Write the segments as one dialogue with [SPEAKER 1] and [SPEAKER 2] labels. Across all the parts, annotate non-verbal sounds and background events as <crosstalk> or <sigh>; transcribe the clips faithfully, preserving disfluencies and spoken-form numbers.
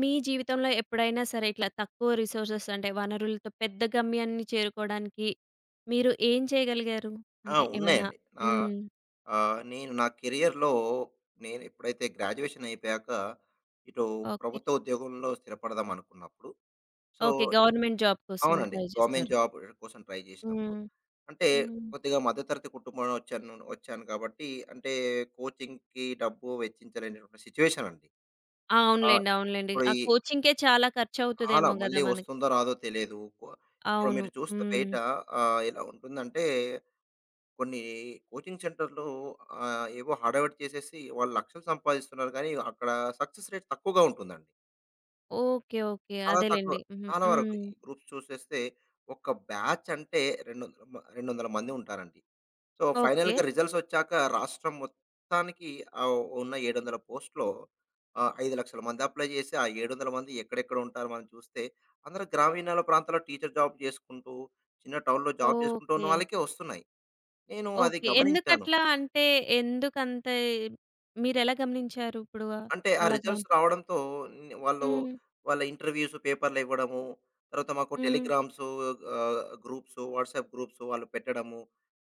[SPEAKER 1] మీ జీవితంలో ఎప్పుడైనా సరే ఇట్లా తక్కువ రిసోర్సెస్ అంటే వనరులతో పెద్ద గమ్యాన్ని చేరుకోవడానికి మీరు ఏం చేయగలిగారు?
[SPEAKER 2] ఆ!
[SPEAKER 1] అంటే ఏమన్నా.
[SPEAKER 2] ఉన్నాయండి. నా
[SPEAKER 1] హ్మ్.
[SPEAKER 2] ఆహ్, నేను నా కెరియర్‌లో నేను ఎప్పుడైతే గ్రాడ్యుయేషన్ అయిపోయాక ఇటు
[SPEAKER 1] ఓకే.
[SPEAKER 2] ప్రభుత్వ ఉద్యోగంలో స్థిరపడదాం అనుకున్నప్పుడు, సో
[SPEAKER 1] ఓకే, గవర్నమెంట్ జాబ్ కోసం
[SPEAKER 2] అవునండి,
[SPEAKER 1] ట్రై
[SPEAKER 2] గవర్నమెంట్
[SPEAKER 1] చేశారు.
[SPEAKER 2] జాబ్ కోసం ట్రై చేసినప్పుడు,
[SPEAKER 1] హ్మ్.
[SPEAKER 2] అంటే
[SPEAKER 1] హ్మ్.
[SPEAKER 2] కొద్దిగా మధ్యతరగతి కుటుంబం వచ్చాను వచ్చాను కాబట్టి, అంటే కోచింగ్‌కి డబ్బు వెచ్చించలేనటువంటి సిట్యుయేషన్ అండి. ఆ!
[SPEAKER 1] అవునులెండి, అవునులెండి.
[SPEAKER 2] ఇప్పుడు
[SPEAKER 1] ఆ
[SPEAKER 2] ఈ
[SPEAKER 1] కోచింగ్‌కే చాలా
[SPEAKER 2] కాలం
[SPEAKER 1] ఖర్చవుతదేమో
[SPEAKER 2] మళ్ళీ
[SPEAKER 1] గదా మనకి!
[SPEAKER 2] వస్తుందో రాదో తెలియదు. ఇప్పుడు
[SPEAKER 1] అవును.
[SPEAKER 2] మీరు చూస్తే
[SPEAKER 1] హ్మ్.
[SPEAKER 2] బయట ఆహ్, ఎలా ఉంటుందంటే, కొన్ని కోచింగ్ సెంటర్‌లు ఆహ్, ఏవో హడావిడి చేసేసి వాళ్ళు లక్షలు సంపాదిస్తున్నారు కానీ, అక్కడ సక్సెస్ రేట్ తక్కువగా ఉంటుందండి.
[SPEAKER 1] ఓకే, ఓకే,
[SPEAKER 2] చాలా తక్కువ.
[SPEAKER 1] అదేలెండి. హుహు.
[SPEAKER 2] చాలా వరకు
[SPEAKER 1] హ్మ్.
[SPEAKER 2] ఈ గ్రూప్స్ చూసేస్తే ఒక్క బ్యాచ్ అంటే రెండు వందల మ రెండు వందల మంది ఉంటారండి. సో,
[SPEAKER 1] ఓకే,
[SPEAKER 2] ఫైనల్‌గా రిజల్ట్స్ వచ్చాక రాష్ట్రం మొత్తానికి ఆహ్, ఉన్న ఏడు వందల పోస్ట్‌లో ఆహ్, ఐదు,లక్షల మంది అప్లై చేసి, ఆ ఏడు వందల మంది ఎక్కడెక్కడ ఉంటారో మనం చూస్తే, అందరూ గ్రామీణాల ప్రాంతాల్లో టీచర్ జాబ్ చేసుకుంటూ, చిన్న టౌన్‌లో జాబ్ చేసుకుంటూ ఉన్న
[SPEAKER 1] ఓకే,
[SPEAKER 2] వాళ్ళకే వస్తున్నాయి. నేను అది
[SPEAKER 1] ఓకే.
[SPEAKER 2] గమనించాను.
[SPEAKER 1] ఎందుకట్లా అంటే, ఎందుకంత మీరెలా గమనించారు ఇప్పుడు?
[SPEAKER 2] అంటే ఆ
[SPEAKER 1] అలాగా.
[SPEAKER 2] రిజల్ట్స్ రావడంతో న్ వాళ్ళు,
[SPEAKER 1] హ్మ్.
[SPEAKER 2] వాళ్ళ ఇంటర్‌వ్యూస్, పేపర్‌లు ఇవ్వడము, తర్వాత మాకు
[SPEAKER 1] హ్మ్.
[SPEAKER 2] టెలిగ్రామ్స్ ఆహ్, గ్రూప్స్, వాట్సాప్ గ్రూప్స్ వాళ్ళు పెట్టడము.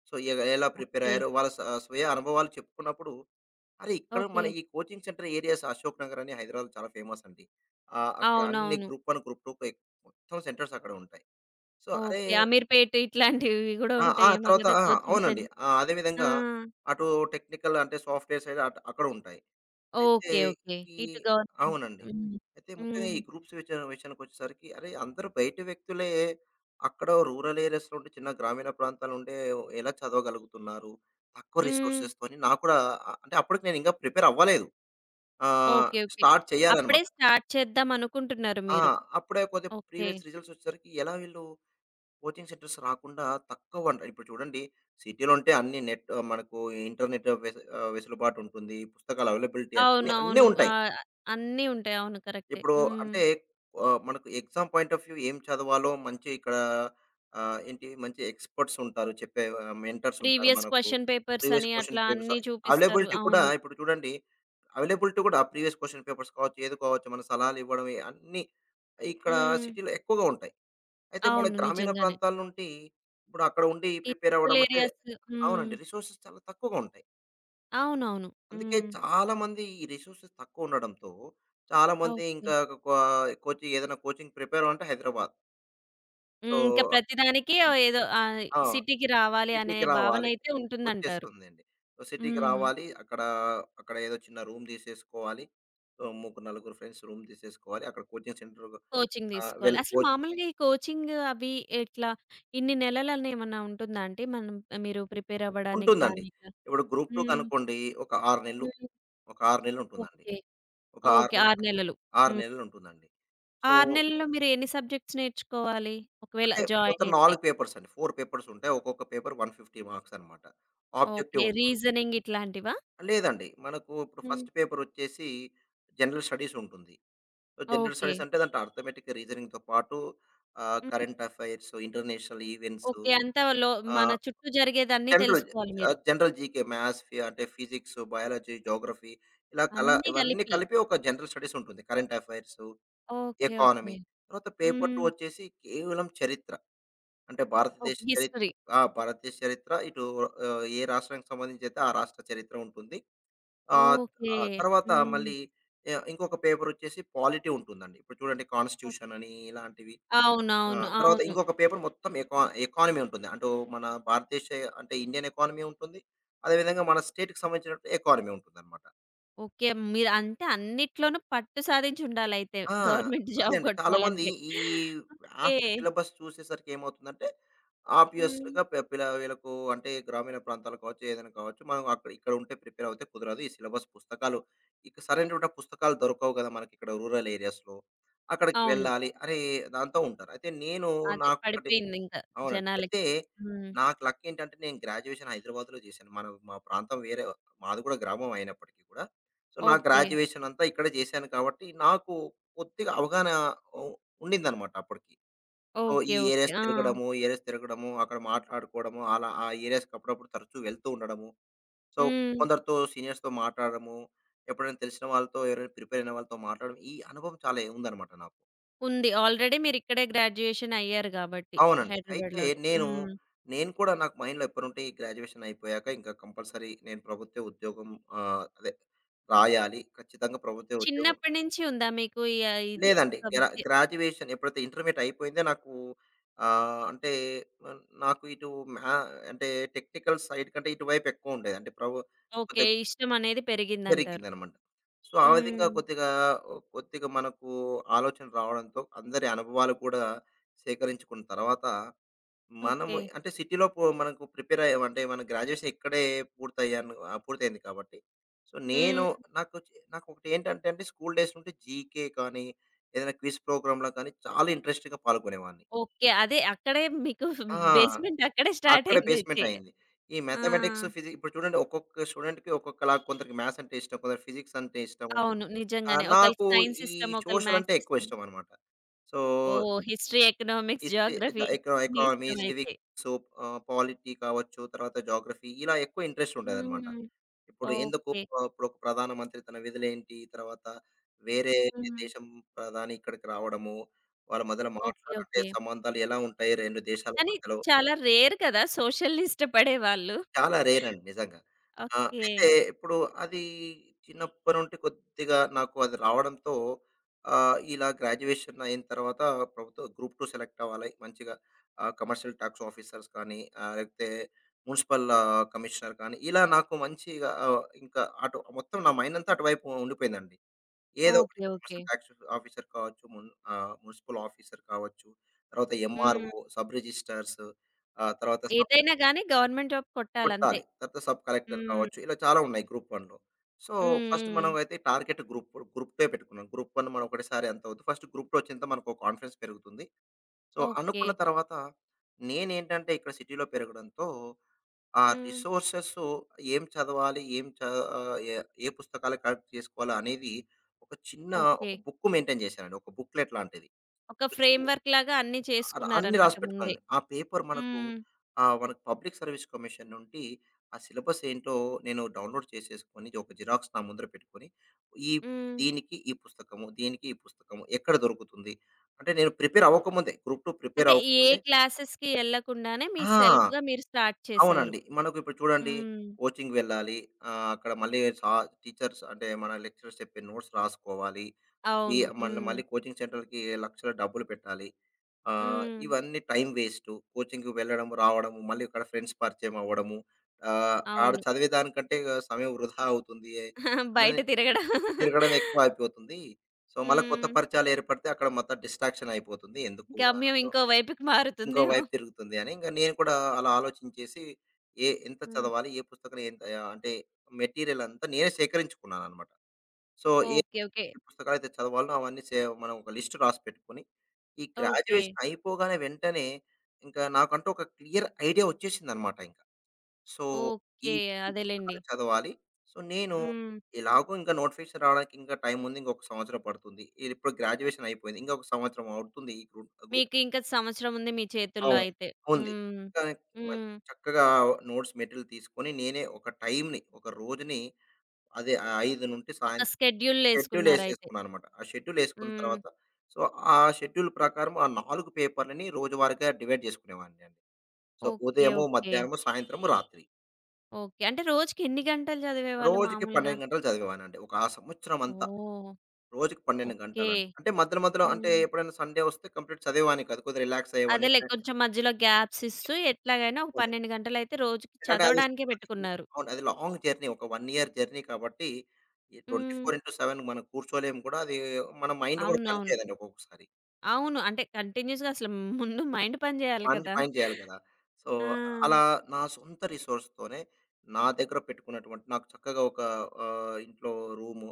[SPEAKER 2] సో, ఎ ఎలా ప్రిపేర్
[SPEAKER 1] ఓకే.
[SPEAKER 2] అయ్యారో వాళ్ళ స స్వీయ అనుభవాలు చెప్పుకున్నప్పుడు, అరే! ఇక్కడ
[SPEAKER 1] ఓకే.
[SPEAKER 2] మన ఈ coaching centre areas Ashok Nagar అని హైదరాబాద్‌లో చాలా ఫేమస్ అండి. ఆహ్, అక్కడ అన్ని
[SPEAKER 1] అవునవును.
[SPEAKER 2] గ్రూప్ వన్, గ్రూప్ టూ ఎక్ మొత్తం సెంటర్స్ అక్కడ ఉంటాయి. సో, అరే
[SPEAKER 1] ఓకే, అమీర్‌పేట్ ఇట్లాంటివి గూడా
[SPEAKER 2] ఆ! ఆ!
[SPEAKER 1] ఉంటాయేమో
[SPEAKER 2] తర్వాత
[SPEAKER 1] గదా,
[SPEAKER 2] ఆ!
[SPEAKER 1] కోచింగ్
[SPEAKER 2] అవునండి.
[SPEAKER 1] సెంటర్!
[SPEAKER 2] ఆ!
[SPEAKER 1] ఆ!
[SPEAKER 2] అదేవిధంగా అటు టెక్నికల్ అంటే సాఫ్ట్‌వేర్ సైడ్ అట్ అక్కడ ఉంటాయి. అయితే
[SPEAKER 1] ఓకే, ఓకే.
[SPEAKER 2] ఈ
[SPEAKER 1] ఇటు గవర్నమెంట్.
[SPEAKER 2] అవునండి,
[SPEAKER 1] హ్మ్.
[SPEAKER 2] అయితే ముఖ్యంగా
[SPEAKER 1] హ్మ్.
[SPEAKER 2] ఈ గ్రూప్స్ విష విషయానికొచ్చేసరికి అరే, అందరూ బయట వ్యక్తులే, అక్కడ రూరల్ ఏరియాస్‌లో ఉండి చిన్న గ్రామీణ ప్రాంతాల్లో ఉండే ఎలా చదవగలుగుతున్నారు తక్కువ
[SPEAKER 1] హ్మ్.
[SPEAKER 2] రిసోర్సెస్‌తో అని నాకు కూడా ఆహ్, అంటే అప్పటికి నేను ఇంకా ప్రిపేర్ అవ్వలేదు. ఆహ్,
[SPEAKER 1] ఓకే, ఓకే.
[SPEAKER 2] స్టార్ట్
[SPEAKER 1] అప్పుడే
[SPEAKER 2] చేయాలన్నమాట.
[SPEAKER 1] స్టార్ట్ చేద్దాం అనుకుంటున్నారు
[SPEAKER 2] ఆ!
[SPEAKER 1] మీరు.
[SPEAKER 2] అప్పుడే కొద్దిగా
[SPEAKER 1] ఓకే.
[SPEAKER 2] ప్రీవియస్ రిజల్ట్స్ వచ్చేసరికి ఎలా వీళ్ళు కోచింగ్ సెంటర్స్ రాకుండా తక్కువ అంట. ఇప్పుడు చూడండి, సిటీలో ఉంటే అన్ని నెట్ మనకు ఇంటర్నెట్ వెసు ఆహ్, వెసులుబాటు ఉంటుంది. పుస్తకాల అవైలబిలిటీ అన్నీ అన్నీ
[SPEAKER 1] అవునవును.
[SPEAKER 2] ఉంటాయి.
[SPEAKER 1] ఆహ్, అన్నీ ఉంటాయి. అవును. కరెక్టే.
[SPEAKER 2] ఇప్పుడు
[SPEAKER 1] హ్మ్.
[SPEAKER 2] అంటే ఆహ్, మనకు ఎగ్జామ్ పాయింట్ ఆఫ్ వ్యూ ఏం చదవాలో మంచి ఇక్కడ ఆహ్, ఏంటి మంచి ఎక్స్‌పర్ట్స్ ఉంటారు, చెప్పే మెంటర్స్ ఉంటారు
[SPEAKER 1] ప్రీవియస్
[SPEAKER 2] మనకు.
[SPEAKER 1] క్వెషన్ పేపర్స్
[SPEAKER 2] ప్రీవియస్
[SPEAKER 1] అని
[SPEAKER 2] క్వెషన్
[SPEAKER 1] అట్లా
[SPEAKER 2] పేపర్స్
[SPEAKER 1] అన్నీ చూపిస్తారు.
[SPEAKER 2] అవైలబిలిటీ కూడా,
[SPEAKER 1] అవును.
[SPEAKER 2] ఇప్పుడు చూడండి, అవైలబిలిటీ కూడా ప్రీవియస్ క్వెషన్ పేపర్స్ కావచ్చు, ఏది కావచ్చు, మన సలహాలు ఇవ్వడం అన్నీ ఇక్కడ
[SPEAKER 1] హ్మ్.
[SPEAKER 2] సిటీలో ఎక్కువగా ఉంటాయి. అయితే మన
[SPEAKER 1] అవును,
[SPEAKER 2] గ్రామీణ
[SPEAKER 1] నిజంగానే.
[SPEAKER 2] ప్రాంతాల నుండి ఇప్పుడు అక్కడ ఉండి
[SPEAKER 1] ఈ
[SPEAKER 2] ప్రిపేర్
[SPEAKER 1] రూరల్
[SPEAKER 2] అవ్వడం అంటే,
[SPEAKER 1] ఏరియాస్. హ్మ్.
[SPEAKER 2] అవునండి, రిసోర్సెస్ చాలా తక్కువగా ఉంటాయి.
[SPEAKER 1] అవునవును.
[SPEAKER 2] అందుకే
[SPEAKER 1] హ్మ్.
[SPEAKER 2] చాలామంది ఈ రిసోర్సెస్ తక్కువుండడంతో, చాలామంది
[SPEAKER 1] ఓకే.
[SPEAKER 2] ఇంకా కొ కోచింగ్ ఏదైనా కోచింగ్ ప్రిపేర్ అవ్వాలంటే హైదరాబాద్.
[SPEAKER 1] హ్మ్.
[SPEAKER 2] సో,
[SPEAKER 1] ఇంకా ప్రతిదానికి ఆహ్, ఏదో ఆహ్,
[SPEAKER 2] ఆ!
[SPEAKER 1] సిటీకి రావాలి అనే
[SPEAKER 2] సిటీకి రావాలి.
[SPEAKER 1] భావనైతే ఉంటుందంటారు.
[SPEAKER 2] వచ్చేస్తుందండి. సో, సిటీకి
[SPEAKER 1] హ్మ్.
[SPEAKER 2] రావాలి. అక్కడ, అక్కడ ఏదో చిన్న రూమ్ తీసేసుకోవాలి. సో, ముగ్గురు, నలుగురు ఫ్రెండ్స్ రూమ్ తీసేసుకోవాలి. అక్కడ కోచింగ్ సెంటర్
[SPEAKER 1] కోచింగ్
[SPEAKER 2] ఆహ్,
[SPEAKER 1] తీసుకోవాలి.
[SPEAKER 2] వెల్
[SPEAKER 1] అసలు
[SPEAKER 2] కోచ్
[SPEAKER 1] మామూలుగా ఈ కోచింగ్ అవి ఎట్లా ఇన్ని నెలలని ఏమన్నా ఉంటుందా అండి? మనం, మీరు ప్రిపేర్ అవ్వడానికి
[SPEAKER 2] ఉంటుందండి.
[SPEAKER 1] గాని ఇట్లా?
[SPEAKER 2] ఇప్పుడు గ్రూప్ టూ
[SPEAKER 1] హ్మ్.
[SPEAKER 2] కనుకోండి, ఒక ఆరు నెలలు,
[SPEAKER 1] హ్మ్.
[SPEAKER 2] ఒక ఆరు నెలలు ఉంటుందండి.
[SPEAKER 1] ఓకే.
[SPEAKER 2] ఒక 6
[SPEAKER 1] ఓకే, ఆరు
[SPEAKER 2] నెలలు,
[SPEAKER 1] నెలలు.
[SPEAKER 2] ఆరు
[SPEAKER 1] హ్మ్.
[SPEAKER 2] నెలలు ఉంటుందండి. సో
[SPEAKER 1] ఆరు నెలల్లో మీరు ఎన్ని సబ్జెక్ట్స్ నేర్చుకోవాలి ఒకవేళ
[SPEAKER 2] అంటే
[SPEAKER 1] జాయిన్
[SPEAKER 2] మొత్తం
[SPEAKER 1] అయితే?
[SPEAKER 2] నాలుగు పేపర్స్ అండి. నాలుగు పేపర్స్ ఉంటాయి. ఒక్కొక్క పేపర్ నూట యాభై మార్క్స్ అన్నమాట.
[SPEAKER 1] ఓకే,
[SPEAKER 2] ఆబ్జెక్టివ్ ఉంటుంది.
[SPEAKER 1] రీజనింగ్ ఇట్లాంటివా?
[SPEAKER 2] లేదండి. మనకు ఇప్పుడు
[SPEAKER 1] హ్మ్.
[SPEAKER 2] ఫస్ట్ పేపర్ వచ్చేసి జనరల్ స్టడీస్ ఉంటుంది. So, general
[SPEAKER 1] okay.
[SPEAKER 2] స్టడీస్ అంటే దాంట్లో అర్థమెటిక్ రీజనింగ్‌తో పాటు ఆహ్,
[SPEAKER 1] hmm.
[SPEAKER 2] Current affairs, international events,
[SPEAKER 1] okay, అంతా లో మన
[SPEAKER 2] ఆహ్,
[SPEAKER 1] చుట్టూ జరిగేదన్నీ
[SPEAKER 2] జనరల్
[SPEAKER 1] తెలుసుకోవాలి
[SPEAKER 2] ఆహ్,
[SPEAKER 1] మీరు.
[SPEAKER 2] జనరల్ జీకే, మ్యాథ్స్, ఫి అంటే ఫిజిక్స్, బయాలజీ, జియోగ్రఫీ, ఇలా కల
[SPEAKER 1] అన్నీ
[SPEAKER 2] ఇవన్నీ
[SPEAKER 1] కలిపి.
[SPEAKER 2] కలిపి ఒక జనరల్ స్టడీస్ ఉంటుంది. Current affairs,
[SPEAKER 1] okay, okay.
[SPEAKER 2] Economy. తర్వాత పేపర్ టూ
[SPEAKER 1] హ్మ్.
[SPEAKER 2] వచ్చేసి కేవలం చరిత్ర. అంటే
[SPEAKER 1] ఓకే,
[SPEAKER 2] భారతదేశ చరి
[SPEAKER 1] హిస్టరీ.
[SPEAKER 2] ఆ! భారతదేశ చరిత్ర, ఇటు ఆహ్, ఏ రాష్ట్రానికి సంబంధించి అయితే ఆ రాష్ట్ర చరిత్ర ఉంటుంది. ఆహ్,
[SPEAKER 1] ఓకే.
[SPEAKER 2] ఆహ్, తర్వాత
[SPEAKER 1] హ్మ్.
[SPEAKER 2] మళ్ళీ ఆహ్, ఇంకొక పేపర్ వచ్చేసి పాలిటీ ఉంటుందండి. ఇప్పుడు చూడండి,
[SPEAKER 1] ఓహ్!
[SPEAKER 2] కాన్స్టిట్యూషన్ అని ఇలాంటివి. ఆ!
[SPEAKER 1] అవునవును,
[SPEAKER 2] తర్వాత
[SPEAKER 1] అవును.
[SPEAKER 2] ఇంకొక పేపర్ మొత్తం ఎకా ఎకానమీ ఉంటుంది. అటు మన భారతదేశ అంటే ఇండియన్ ఎకానమీ ఉంటుంది. అదేవిధంగా మన స్టేట్‌కి సంబంధించినట్టు ఎకానమీ ఉంటుందన్నమాట.
[SPEAKER 1] ఓకే. మీరు అంటే అన్నిట్లోనూ పట్టు సాధించుండాలయితే
[SPEAKER 2] ఆ!
[SPEAKER 1] గవర్నమెంట్
[SPEAKER 2] అదే
[SPEAKER 1] జాబ్
[SPEAKER 2] అండి. చాలామంది
[SPEAKER 1] కొట్టాలంటే.
[SPEAKER 2] ఈ ఆఫ్ట్
[SPEAKER 1] ఓకే.
[SPEAKER 2] సిలబస్ చూసేసరికి ఏమవుతుందంటే,
[SPEAKER 1] హ్మ్.
[SPEAKER 2] ఆబ్వియస్‌గా పె పిల్ల వీళ్ళకు అంటే గ్రామీణ ప్రాంతాలు కావచ్చు, ఏదైనా కావచ్చు, మనం అక్కడ ఇక్కడ ఉంటే ప్రిపేర్ అవుతే కుదరదు. ఈ సిలబస్ పుస్తకాలు, ఇక సరైనటువంటి పుస్తకాలు దొరకవు కదా మనకిక్కడ రూరల్ ఏరియాస్‌లో. అక్కడికి
[SPEAKER 1] అవును.
[SPEAKER 2] వెళ్ళాలి అని దాంతో ఉంటారు. అయితే నేను,
[SPEAKER 1] అదే
[SPEAKER 2] నాకొకటి,
[SPEAKER 1] పడిపోయిందింక
[SPEAKER 2] అవునండి, అయితే
[SPEAKER 1] జనాలకి. హ్మ్.
[SPEAKER 2] నాకు లక్ ఏంటంటే నేను గ్రాడ్యుయేషన్ హైదరాబాద్‌లో చేశాను. మన మా ప్రాంతం వేరే, మాది కూడా గ్రామం అయినప్పటికీ కూడా. సో, నా
[SPEAKER 1] ఓకే.
[SPEAKER 2] గ్రాడ్యుయేషన్ అంతా ఇక్కడే చేశాను కాబట్టి నాకు కొద్దిగా అవగాహన ఉ ఉండిందనమాట అప్పటికి. So,
[SPEAKER 1] okay.
[SPEAKER 2] ఈ
[SPEAKER 1] ఓకే.
[SPEAKER 2] ఏరియాస్
[SPEAKER 1] ఆ!
[SPEAKER 2] తిరగడము, ఈ ఏరియాస్ తిరగడము, అక్కడ మాట్లాడుకోవడము, అలా ఆ ఏరియాస్‌కి అప్పుడప్పుడు తరచూ వెళ్తూ ఉండడము. సో,
[SPEAKER 1] హ్మ్.
[SPEAKER 2] కొందరితో సీనియర్స్‌తో మాట్లాడడము, ఎప్పుడైనా తెలిసిన వాళ్ళతో ఎవరైనా ప్రిపేర్ అయిన వాళ్ళతో మాట్లాడడం, ఈ అనుభవం చాలా ఉందనమాట నాకు.
[SPEAKER 1] ఉంది. ఆల్రెడీ మీరిక్కడే గ్రాడ్యుయేషన్ అయ్యారు గాబట్టి,
[SPEAKER 2] అవునండి. అయితే
[SPEAKER 1] హైదరాబాద్‌లోనే.
[SPEAKER 2] నేను,
[SPEAKER 1] హ్మ్.
[SPEAKER 2] నేను కూడా నాకు మైండ్‌లో ఎప్పటినుంటే ఈ గ్రాడ్యుయేషన్ అయిపోయాక ఇంకా కంపల్సరీ నేను ప్రభుత్వ ఉద్యోగం ఆహ్, అదే రాయాలి. ఖచ్చితంగా ప్రభుత్వ ఉద్యోగం.
[SPEAKER 1] చిన్నప్పటి నుంచి ఉందా మీకు ఈ ఆహ్, ఇది?
[SPEAKER 2] లేదండి. గ్రా
[SPEAKER 1] కవిత.
[SPEAKER 2] గ్రాడ్యుయేషన్ ఎప్పుడైతే ఇంటర్మీడియేట్ అయిపోయిందో నాకు ఆహ్, అంటే ఆహ్, నాకు ఇటు మ్యా అంటే టెక్నికల్ సైడ్ కంటే ఇటువైపు ఎక్కువుండేది. అంటే ప్రభు
[SPEAKER 1] ఓకే,
[SPEAKER 2] కొద్దిగా
[SPEAKER 1] ఇష్టమనేది పెరిగిందంటారు.
[SPEAKER 2] జరిగిందనమాట. సో, ఆ విధంగా
[SPEAKER 1] హ్మ్.
[SPEAKER 2] కొద్దిగా, కొద్దిగా మనకు ఆలోచన రావడంతో అందరి అనుభవాలు కూడా సేకరించుకున్న తర్వాత మనము
[SPEAKER 1] ఓకే.
[SPEAKER 2] అంటే సిటీలో పో మనకు ప్రిపేర్ అయ్యాం అంటే మన గ్రాడ్యుయేషన్ ఇక్కడే పూర్తయ్యాను ఆహ్, పూర్తయింది కాబట్టి. సో, నేను
[SPEAKER 1] హ్మ్.
[SPEAKER 2] నాకు చ్ నాకొకటి ఏంటంటే అండి, స్కూల్ డేస్ నుండి జీకే కానీ, ఏదైనా క్విజ్ ప్రోగ్రామ్‌లో కానీ చాలా ఇంట్రెస్ట్‌గా పాల్గొనేవాడిని.
[SPEAKER 1] ఓకే, అదే అక్కడే మీకు
[SPEAKER 2] ఆ!
[SPEAKER 1] బేస్‌మెంట్ అక్కడే స్టార్ట్
[SPEAKER 2] అక్కడ బేస్‌మెంట్
[SPEAKER 1] అయిందయితే.
[SPEAKER 2] అయింది. ఈ
[SPEAKER 1] ఆ!
[SPEAKER 2] మ్యాథమెటిక్స్, ఫిజి ఇప్పుడు చూడండి ఒక్కొక్క స్టూడెంట్‌కి ఒక్కొక్కలా, కొందరికి మ్యాథ్స్ అంటే ఇష్టం, కొందరికి ఫిజిక్స్ అంటే ఇష్టము.
[SPEAKER 1] అవును,
[SPEAKER 2] ఆహ్,
[SPEAKER 1] నిజంగానే. ఒకళ్ళకి
[SPEAKER 2] నాకు
[SPEAKER 1] సైన్స్
[SPEAKER 2] ఈ
[SPEAKER 1] ఇష్టం, ఒకళ్ళు
[SPEAKER 2] సోషల్ అంటే
[SPEAKER 1] మ్యాథ్స్
[SPEAKER 2] ఎక్కువ
[SPEAKER 1] ఇష్టం.
[SPEAKER 2] ఇష్టమనమాట. So,
[SPEAKER 1] oh! History, economics,
[SPEAKER 2] history, ఎక
[SPEAKER 1] జియోగ్రఫీ
[SPEAKER 2] ఎక
[SPEAKER 1] అన్నీ
[SPEAKER 2] ఎకానమీ,
[SPEAKER 1] ఇష్టమయితే.
[SPEAKER 2] సివిక్స్, ఆహ్, పాలిటీ కావచ్చు, తర్వాత జాగ్రఫీ, ఇలా ఎక్కువ ఇంట్రెస్ట్ ఉండేదన్నమాట.
[SPEAKER 1] హ్మ్.
[SPEAKER 2] ఇప్పుడు ఎందుకు
[SPEAKER 1] ఓకే.
[SPEAKER 2] ఆహ్, ఇప్పుడు ఒక ప్రధానమంత్రి తన విధులేంటి, తర్వాత వేరే
[SPEAKER 1] హ్మ్.
[SPEAKER 2] దేశం ప్రధాని ఇక్కడికి రావడము, వాళ్ళ మధ్యలో
[SPEAKER 1] ఓకే.
[SPEAKER 2] మాట్లాడంటే
[SPEAKER 1] ఓకే.
[SPEAKER 2] సంబంధాలు ఎలా ఉంటాయి రెండు దేశాల
[SPEAKER 1] కానీ
[SPEAKER 2] మధ్యలో?
[SPEAKER 1] చాలా రేర్ కదా సోషల్‌ని ఇష్టపడేవాళ్ళు!
[SPEAKER 2] చాలా రేర్ అండి నిజంగా. ఆ!
[SPEAKER 1] ఓకే.
[SPEAKER 2] అయితే ఇప్పుడు అది చిన్నప్పటి నుండి కొద్దిగా నాకు అది రావడంతో, ఆహ్, ఇలా గ్రాడ్యుయేషన్ అయిన తర్వాత ప్రభుత్వ గ్రూప్ టూ సెలెక్ట్ అవ్వాలి. మంచిగా ఆహ్, కమర్షియల్ టాక్స్ ఆఫీసర్స్ కానీ, ఆహ్, లేకపోతే మున్సిపల్ కమిషనర్ కానీ, ఇలా నాకు మంచిగా, ఆహ్, ఇంకా అటు మొత్తం నా మైండ్ అంతా అటువైపు ఉండిపోయిందండి. ఏదో ఒకటి
[SPEAKER 1] okay. Okay.
[SPEAKER 2] Commercial tax officer కావచ్చు, మున్ ఆహ్, మున్సిపల్ ఆఫీసర్ కావచ్చు, తర్వాత
[SPEAKER 1] హ్మ్.
[SPEAKER 2] ఎంఆర్ఓ, సబ్ రిజిస్ట్రార్స్, ఆహ్, తర్వాత
[SPEAKER 1] ఏదైనా గాని గవర్నమెంట్ జాబ్ కొట్టాలంతే.
[SPEAKER 2] కొట్టాలి. తర్వాత సబ్ కలెక్టర్
[SPEAKER 1] హ్మ్.
[SPEAKER 2] కావచ్చు. ఇలా చాలా ఉన్నాయి గ్రూప్ 1లో. So,
[SPEAKER 1] hmm.
[SPEAKER 2] ఫస్ట్ మనం
[SPEAKER 1] హ్మ్.
[SPEAKER 2] అయితే టార్గెట్ గ్రూప్ గ్రూప్ టూ పెట్టుకున్నాం. గ్రూప్ వన్ మనం ఒకటేసారి అంత వద్దు. ఫస్ట్ గ్రూప్ టూ వచ్చేంత మనకు కాన్ఫిడెన్స్ పెరుగుతుంది. So,
[SPEAKER 1] okay.
[SPEAKER 2] అనుకున్న తర్వాత నేనేంటంటే ఇక్కడ సిటీలో పెరగడంతో ఆ
[SPEAKER 1] హ్మ్.
[SPEAKER 2] రిసోర్సెస్ ఏం చదవాలి, ఏం చ ఆహ్, ఏ ఏ పుస్తకాలు కలెక్ట్ చేసుకోవాలి అనేది, ఒక చిన్న
[SPEAKER 1] ఓకే,
[SPEAKER 2] ఒక బుక్ మెయింటైన్ చేశానండి. ఒక బుక్‌లెట్ లాంటిది.
[SPEAKER 1] ఒక ఫ్రేమ్‌వర్క్ లాగా అన్నీ
[SPEAKER 2] అర అన్నీ
[SPEAKER 1] చేసుకున్నారనమాట
[SPEAKER 2] రాసి
[SPEAKER 1] ముందే.
[SPEAKER 2] పెట్టుకోండి. ఆ పేపర్ మనకు
[SPEAKER 1] హ్మ్.
[SPEAKER 2] ఆహ్, మనకు పబ్లిక్ సర్విస్ కమిషన్ నుండి ఆ సిలబస్ ఏంటో నేను డౌన్‌లోడ్ చేసేసుకొని, ఒక జిరాక్స్ నా ముందర పెట్టుకొని, ఈ
[SPEAKER 1] హ్మ్.
[SPEAKER 2] దీనికి ఈ పుస్తకము, దీనికి ఈ పుస్తకము ఎక్కడ దొరుకుతుంది? అంటే నేను ప్రిపేర్ అవ్వకముందే, గ్రూప్ టూ ప్రిపేర్
[SPEAKER 1] అంటే ఏ
[SPEAKER 2] అవ్వకముందే,
[SPEAKER 1] క్లాసెస్‌కి ఎళ్ళకుండానే మీ
[SPEAKER 2] ఆ!
[SPEAKER 1] సెల్ఫ్‌గా మీరు స్టార్ట్ చేశారు.
[SPEAKER 2] అవునండి. మనకు ఇప్పుడు చూడండి
[SPEAKER 1] హ్మ్.
[SPEAKER 2] కోచింగ్ వెళ్ళాలి. ఆహ్, అక్కడ మళ్ళీ సా టీచర్స్ అంటే మన లెక్చరర్స్ చెప్పే నోట్స్ రాసుకోవాలి. ఈ
[SPEAKER 1] అవును.
[SPEAKER 2] మళ్ళీ
[SPEAKER 1] హ్మ్.
[SPEAKER 2] మళ్ళీ కోచింగ్ సెంటర్‌కి లక్షల డబ్బులు పెట్టాలి. ఆహ్,
[SPEAKER 1] హ్మ్.
[SPEAKER 2] ఇవన్నీ టైం వేస్టు. కోచింగ్‌కి వెళ్ళడం, రావడము, మళ్ళీ ఇక్కడ ఫ్రెండ్స్ పరిచయం అవ్వడము, ఆహ్, ఆడ
[SPEAKER 1] అవును.
[SPEAKER 2] చదివేదానికంటే సమయం వృధా అవుతుంది
[SPEAKER 1] <laughs> బయట
[SPEAKER 2] అని,
[SPEAKER 1] తిరగడం.
[SPEAKER 2] తిరగడం ఎక్కువ అయిపోతుంది. సో, మళ్ళా కొత్త
[SPEAKER 1] హ్మ్.
[SPEAKER 2] పరిచయాలు ఏర్పడితే అక్కడ మొత్తం డిస్ట్రాక్షన్ అయిపోతుంది, ఎందుకు
[SPEAKER 1] గమ్యం
[SPEAKER 2] అన్నట్టు
[SPEAKER 1] ఇంకో వైపుకి
[SPEAKER 2] ఇంకో
[SPEAKER 1] మారుతుందేమో.
[SPEAKER 2] వైపు తిరుగుతుంది అని. ఇంక నేను కూడా అలా ఆలోచించేసి, ఏ ఎంత
[SPEAKER 1] హ్మ్.
[SPEAKER 2] చదవాలి, ఏ పుస్తకం ఎంత, అంటే మెటీరియల్ అంతా నేనే సేకరించుకున్నాననమాట. సో, ఏ
[SPEAKER 1] ఓకే, ఓకే.
[SPEAKER 2] ఏ పుస్తకాలైతే చదవాలో అవన్నీ సే మనం ఒక లిస్ట్ రాసి పెట్టుకొని, ఈ
[SPEAKER 1] ఓకే.
[SPEAKER 2] గ్రాడ్యుయేషన్ అయిపోగానే వెంటనే ఇంకా నాకంటూ ఒక క్లియర్ ఐడియా వచ్చేసిందనమాట ఇంక. సో, ఈ
[SPEAKER 1] ఓకే,
[SPEAKER 2] ఈ
[SPEAKER 1] అదేలెండి.
[SPEAKER 2] పుస్తకాలు చదవాలి. సో, నేను
[SPEAKER 1] హ్మ్.
[SPEAKER 2] ఎలాగో ఇంకా నోటిఫికేషన్ రావడానికి ఇంకా టైం ఉంది. ఇంకొక సంవత్సరం పడుతుంది. ఇది ఇప్పుడు గ్రాడ్యుయేషన్ అయిపోయింది. ఇంకొక సంవత్సరం అవుతుంది. ఈ గ్రూప్ గ్రూప్
[SPEAKER 1] మీకు ఇంకా సంవత్సరం ఉంది మీ చేతుల్లో
[SPEAKER 2] అవునండి,
[SPEAKER 1] అయితే.
[SPEAKER 2] ఉంది.
[SPEAKER 1] హ్మ్.
[SPEAKER 2] ఇంకా మన్
[SPEAKER 1] హ్మ్.
[SPEAKER 2] చక్కగా నోట్స్ మెటీరియల్ తీసుకొని నేనే ఒక టైమ్‌ని, ఒక రోజుని, అదే ఐదు నుండి
[SPEAKER 1] ఒక
[SPEAKER 2] సాయంత్రం, షెడ్యూల్
[SPEAKER 1] స్కెడ్యూలేసుకున్నారైతే.
[SPEAKER 2] ఏసేసుకున్నాననమాట. ఆ షెడ్యూల్ ఏసుకున్న
[SPEAKER 1] హ్మ్.
[SPEAKER 2] తర్వాత, సో, ఆ షెడ్యూల్ ప్రకారం ఆ నాలుగు పేపర్‌లని రోజువారీగా డివైడ్ చేసుకునేవాడినండి. సో,
[SPEAKER 1] ఓకే,
[SPEAKER 2] ఉదయము,
[SPEAKER 1] ఓకే.
[SPEAKER 2] మధ్యాహ్నము, సాయంత్రము, రాత్రి.
[SPEAKER 1] ఓకే, అంటే రోజుకి ఎన్ని గంటలు చదివేవాళ్ళు
[SPEAKER 2] రోజుకి
[SPEAKER 1] మామూలుగా?
[SPEAKER 2] పన్నెండు గంటలు చదివేవాడినండి, ఒక ఆ సంవత్సరం అంతా.
[SPEAKER 1] ఓహ్!
[SPEAKER 2] రోజుకి పన్నెండు
[SPEAKER 1] ఓకే.
[SPEAKER 2] గంటలండి. అంటే మధ్యలో మధ్యలో అంటే
[SPEAKER 1] హ్మ్.
[SPEAKER 2] ఎప్పుడైనా సండే వస్తే కంప్లీట్ చదివేవాడిని కాదు, కొద్దిగా రిలాక్స్ అయ్యేవాడిని.
[SPEAKER 1] అదేలే
[SPEAKER 2] ఫ్రె
[SPEAKER 1] కొంచెం మధ్యలో గ్యాప్స్ ఇస్తూ ఎట్లాగైనా ఒక పన్నెండు గంటలైతే రోజుకి
[SPEAKER 2] ఎందుకంటే అది
[SPEAKER 1] చదవడానికే
[SPEAKER 2] అది
[SPEAKER 1] పెట్టుకున్నారు.
[SPEAKER 2] అవును, అది లాంగ్ జర్నీ, ఒక 1 ఇయర్ జర్నీ కాబట్టి, ఈ
[SPEAKER 1] హ్మ్.
[SPEAKER 2] ట్వంటీ ఫోర్ బై సెవెన్ మనం కూర్చోలేము కూడా. అది మన మైండ్ కూడా
[SPEAKER 1] అవునవును.
[SPEAKER 2] పనిచేయదండి ఒక్కొక్కసారి.
[SPEAKER 1] అవును, అంటే కంటిన్యూస్‌గా అసలు ముందు మైండ్ పని చేయాలి
[SPEAKER 2] మంచి
[SPEAKER 1] కదా!
[SPEAKER 2] పని చేయాలి కదా. సో,
[SPEAKER 1] ఆ!
[SPEAKER 2] అలా నా సొంత రిసోర్స్‌తోనే, నా దగ్గర పెట్టుకున్నటువంటి, నాకు చక్కగా ఒక ఆహ్, ఇంట్లో రూము,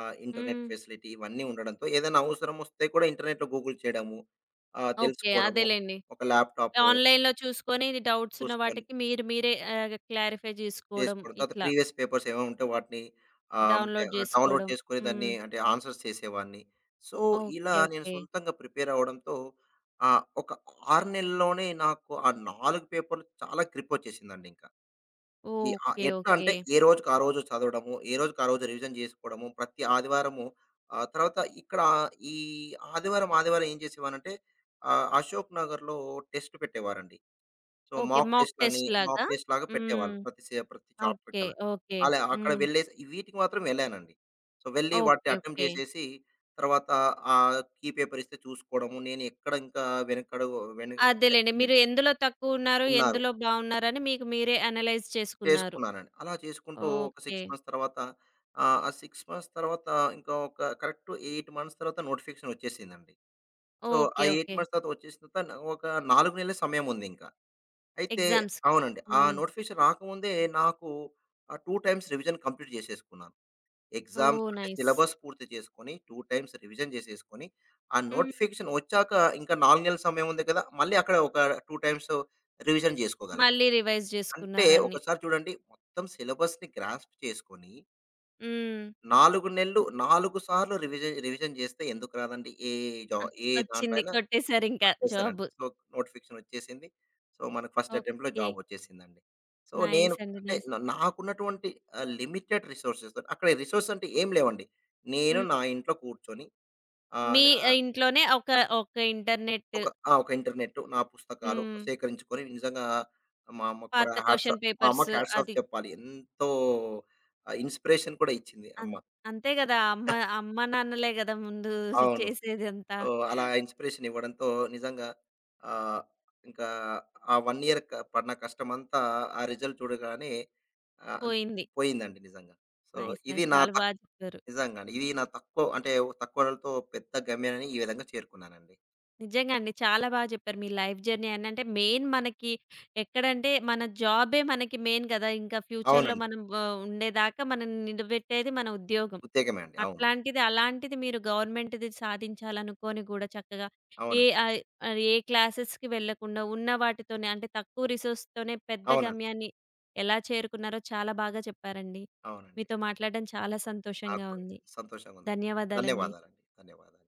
[SPEAKER 2] ఆహ్, ఇంటర్నెట్
[SPEAKER 1] హ్మ్.
[SPEAKER 2] ఫెసిలిటీ, ఇవన్నీ ఉండడంతో, ఏదైనా అవసరం వస్తే కూడా ఇంటర్నెట్‌లో గూగుల్ చేయడము, ఆహ్,
[SPEAKER 1] ఓకే,
[SPEAKER 2] తెలుసుకోవడము,
[SPEAKER 1] అదేలెండి,
[SPEAKER 2] ఒక ల్యాప్‌టాప్
[SPEAKER 1] ఆన్‌లైన్‌లో చూసుకొని డౌట్స్ ఉన్న
[SPEAKER 2] చూసుకొని
[SPEAKER 1] వాటికి మీరు మీరే ఆహ్, క్లారిఫై చేసుకోవడం
[SPEAKER 2] చేసుకోవడం. తర్వాత
[SPEAKER 1] ఇట్లా,
[SPEAKER 2] ప్రీవియస్ పేపర్స్ ఏవో ఉంటే వాటిని ఆహ్, అంటే
[SPEAKER 1] డౌన్‌లోడ్
[SPEAKER 2] డౌన్‌లోడ్
[SPEAKER 1] చేసుకోవడం.
[SPEAKER 2] చేసుకొని దాన్ని
[SPEAKER 1] హ్మ్.
[SPEAKER 2] అంటే ఆన్సర్స్ చేసేవాడిని. సో, ఇలా
[SPEAKER 1] ఓకే.
[SPEAKER 2] నేను
[SPEAKER 1] ఓకే.
[SPEAKER 2] సొంతంగా ప్రిపేర్ అవ్వడంతో ఆహ్, ఒక ఆరు నెలల్లోనే నాకు ఆ నాలుగు పేపర్లు చాలా గ్రిప్పొచ్చేసిందండి ఇంకా. ఈ ఆహ్,
[SPEAKER 1] ఓకే.
[SPEAKER 2] ఎట్లా
[SPEAKER 1] ఓకే.
[SPEAKER 2] అంటే ఏ రోజుకి ఆ రోజు చదవడము, ఏ రోజుకి ఆ రోజు రివిజన్ చేసుకోవడము, ప్రతి ఆదివారము, ఆహ్, తర్వాత ఇక్కడ ఈ ఆదివారం, ఆదివారం ఏం చేసేవానంటే, ఆహ్, అశోక్ నగర్‌లో టెస్ట్ పెట్టేవారండి. సో,
[SPEAKER 1] ఓకే,
[SPEAKER 2] మాక్
[SPEAKER 1] మాక్
[SPEAKER 2] టెస్ట్‌లని,
[SPEAKER 1] టెస్ట్
[SPEAKER 2] మాక్
[SPEAKER 1] లాగా.
[SPEAKER 2] టెస్ట్ లాగా
[SPEAKER 1] హ్మ్.
[SPEAKER 2] పెట్టేవాళ్ళు, ప్రతి సే ప్రతి
[SPEAKER 1] ఓకే.
[SPEAKER 2] చాప్టర్‌కలా.
[SPEAKER 1] ఓకే.
[SPEAKER 2] అలా అలా అక్కడ
[SPEAKER 1] హ్మ్.
[SPEAKER 2] వెళ్ళేసి ఈ వీటికి మాత్రం వెళ్ళానండి. సో, వెళ్ళి వాటిని
[SPEAKER 1] ఓకే.
[SPEAKER 2] అటెంప్ట్
[SPEAKER 1] ఓకే,
[SPEAKER 2] చేసేసి, తర్వాత ఆ కీ పేపర్ ఇస్తే చూసుకోవడము. నేను ఎక్కడ ఇంకా వెనకడుగు వెను అంటే
[SPEAKER 1] అదేలెండి, మీరు
[SPEAKER 2] మీన్
[SPEAKER 1] ఎందులో తక్కువున్నారు,
[SPEAKER 2] ఉన్నారు,
[SPEAKER 1] ఎందులో బావున్నారని మీకు మీరే అనలైజ్ చేసుకున్నారు.
[SPEAKER 2] చేసుకున్నానండి. అలా చేసుకుంటూ ఒక
[SPEAKER 1] ఓకే.
[SPEAKER 2] ఆరు మంత్స్ తర్వాత, ఆహ్, ఆ ఆరు మంత్స్ తర్వాత ఇంకా ఒక కరెక్ట్ ఎనిమిది మంత్స్ తర్వాత నోటిఫికేషన్ వచ్చేసిందండి. సో, ఆ
[SPEAKER 1] ఓకే.
[SPEAKER 2] ఎనిమిది
[SPEAKER 1] ఓకే,
[SPEAKER 2] మంత్స్ తర్వాత వచ్చేసిన తర్వాత నా- ఒక నాలుగు నెలల సమయం ఉందింక. అయితే
[SPEAKER 1] ఎగ్జామ్స్.
[SPEAKER 2] అవునండి, ఆ
[SPEAKER 1] హ్మ్.
[SPEAKER 2] నోటిఫికేషన్ రాకముందే నాకు ఆహ్, రెండు టైమ్స్ రివిజన్ కంప్లీట్ చేసేసుకున్నాను. ఎగ్జామ్స్
[SPEAKER 1] ఓహ్,
[SPEAKER 2] అంటే
[SPEAKER 1] నైస్!
[SPEAKER 2] సిలబస్ పూర్తి చేసుకొని, రెండు టైమ్స్ రివిజన్ చేసేసుకొని, ఆ
[SPEAKER 1] హ్మ్.
[SPEAKER 2] నోటిఫికేషన్ వచ్చాక ఇంకా నాలుగు నెలల సమయం ఉంది కదా. మళ్ళీ అక్కడ ఒక రెండు టైమ్స్ రివిజన్ చేసుకోగలిగాను.
[SPEAKER 1] మళ్ళీ రివైజ్
[SPEAKER 2] అంటే
[SPEAKER 1] చేసుకున్నారన్ని.
[SPEAKER 2] ఒకసారి చూడండి, మొత్తం సిలబస్‌ని గ్రాస్ప్ చేసుకొని
[SPEAKER 1] హ్మ్.
[SPEAKER 2] నాలుగు నెలలు నాలుగు సార్లు రివిజన్ రివిజన్ చేస్తే ఎందుకు రాదండి ఏ జా
[SPEAKER 1] ఆ!
[SPEAKER 2] ఏ దాంట్లో
[SPEAKER 1] వచ్చింది.
[SPEAKER 2] అయినా?
[SPEAKER 1] కొట్టేసారింకా
[SPEAKER 2] పట్టేసానండి.
[SPEAKER 1] జాబు.
[SPEAKER 2] సో, నోటిఫికేషన్ వచ్చేసింది. సో, మనకు ఫస్ట్ అటెంప్ట్‌లో
[SPEAKER 1] ఓకే.
[SPEAKER 2] జాబ్ వచ్చేసిందండి. సో, నేను
[SPEAKER 1] నైస్ అండి,
[SPEAKER 2] అంటే
[SPEAKER 1] నైస్.
[SPEAKER 2] న నాకున్నటువంటి ఆహ్, లిమిటెడ్ రిసోర్సెస్‌తో, అక్కడ రిసోర్స్ అంటే ఏం లేవండి. నేను
[SPEAKER 1] హ్మ్.
[SPEAKER 2] నా ఇంట్లో కూర్చొని, ఆహ్,
[SPEAKER 1] మీ
[SPEAKER 2] న
[SPEAKER 1] ఇంట్లోనే ఒక ఒక ఇంటర్నెట్.
[SPEAKER 2] ఒక ఆ! ఒక ఇంటర్నెట్, నా పుస్తకాలు
[SPEAKER 1] హ్మ్.
[SPEAKER 2] సేకరించుకొని, నిజంగా మా అమ్మకు కూడా
[SPEAKER 1] పాత
[SPEAKER 2] హాట్స్
[SPEAKER 1] క్వెషన్
[SPEAKER 2] ఆఫ్, మా
[SPEAKER 1] పేపర్స్
[SPEAKER 2] అమ్మకి హాట్స్ ఆఫ్
[SPEAKER 1] అది.
[SPEAKER 2] చెప్పాలి. ఎంతో ఆహ్, ఇన్‌స్పిరేషన్ కూడా ఇచ్చింది
[SPEAKER 1] అన్,
[SPEAKER 2] అమ్మ.
[SPEAKER 1] అంతే గదా! అమ్మ అమ్మ నాన్నలే గదా ముందు
[SPEAKER 2] అవును.
[SPEAKER 1] చేసేదంతా!
[SPEAKER 2] సో, అలా ఇన్‌స్పిరేషన్ ఇవ్వడంతో నిజంగా, ఆహ్, ఇంకా ఆ ఒక ఇయర్ క పడిన కష్టమంతా, ఆ రిజల్ట్ చూడగానే ఆహ్, అన్
[SPEAKER 1] పోయింది.
[SPEAKER 2] పోయిందండి నిజంగా. సో,
[SPEAKER 1] నైస్,
[SPEAKER 2] ఇది
[SPEAKER 1] నైస్.
[SPEAKER 2] నా
[SPEAKER 1] చాలా బా
[SPEAKER 2] తక్
[SPEAKER 1] చెప్పారు.
[SPEAKER 2] నిజంగా అండి, ఇది నా తక్కువ అంటే తక్కువతో పెద్ద గమ్యాన్ని ఈ విధంగా చేరుకున్నానండి.
[SPEAKER 1] నిజంగా అండి. చాలా బాగా చెప్పారు. మీ లైఫ్ జర్నీ అని అంటే మెయిన్ మనకి ఎక్కడంటే మన జాబే మనకి మెయిన్ గదా! ఇంకా ఫ్యూచర్‌లో
[SPEAKER 2] అవునండి.
[SPEAKER 1] మనం ఆహ్, ఉండేదాకా మనల్ని నిలబెట్టేది మన ఉద్యోగం.
[SPEAKER 2] ఉత్తేకమే అండి. అవునండి.
[SPEAKER 1] అట్లాంటిది, అలాంటిది మీరు గవర్నమెంట్‌ది సాధించాలనుకోని గూడా చక్కగా ఏ
[SPEAKER 2] అవునండి.
[SPEAKER 1] ఆహ్, ఏ క్లాసెస్‌కి వెళ్ళకుండా ఉన్న వాటితోనే అంటే తక్కువ రిసోర్స్‌తోనే పెద్ద
[SPEAKER 2] అవునండి.
[SPEAKER 1] గమ్యాన్ని ఎలా చేరుకున్నారో చాలా బాగా చెప్పారండి.
[SPEAKER 2] అవునండి.
[SPEAKER 1] మీతో మాట్లాడడం చాలా
[SPEAKER 2] నాకు
[SPEAKER 1] సంతోషంగా
[SPEAKER 2] కూడా
[SPEAKER 1] ఉంది.
[SPEAKER 2] సంతోషంగా ఉందండి.
[SPEAKER 1] ధన్యవాదాలండి.
[SPEAKER 2] ధన్యవాదాలండి. ధన్యవాదాలు.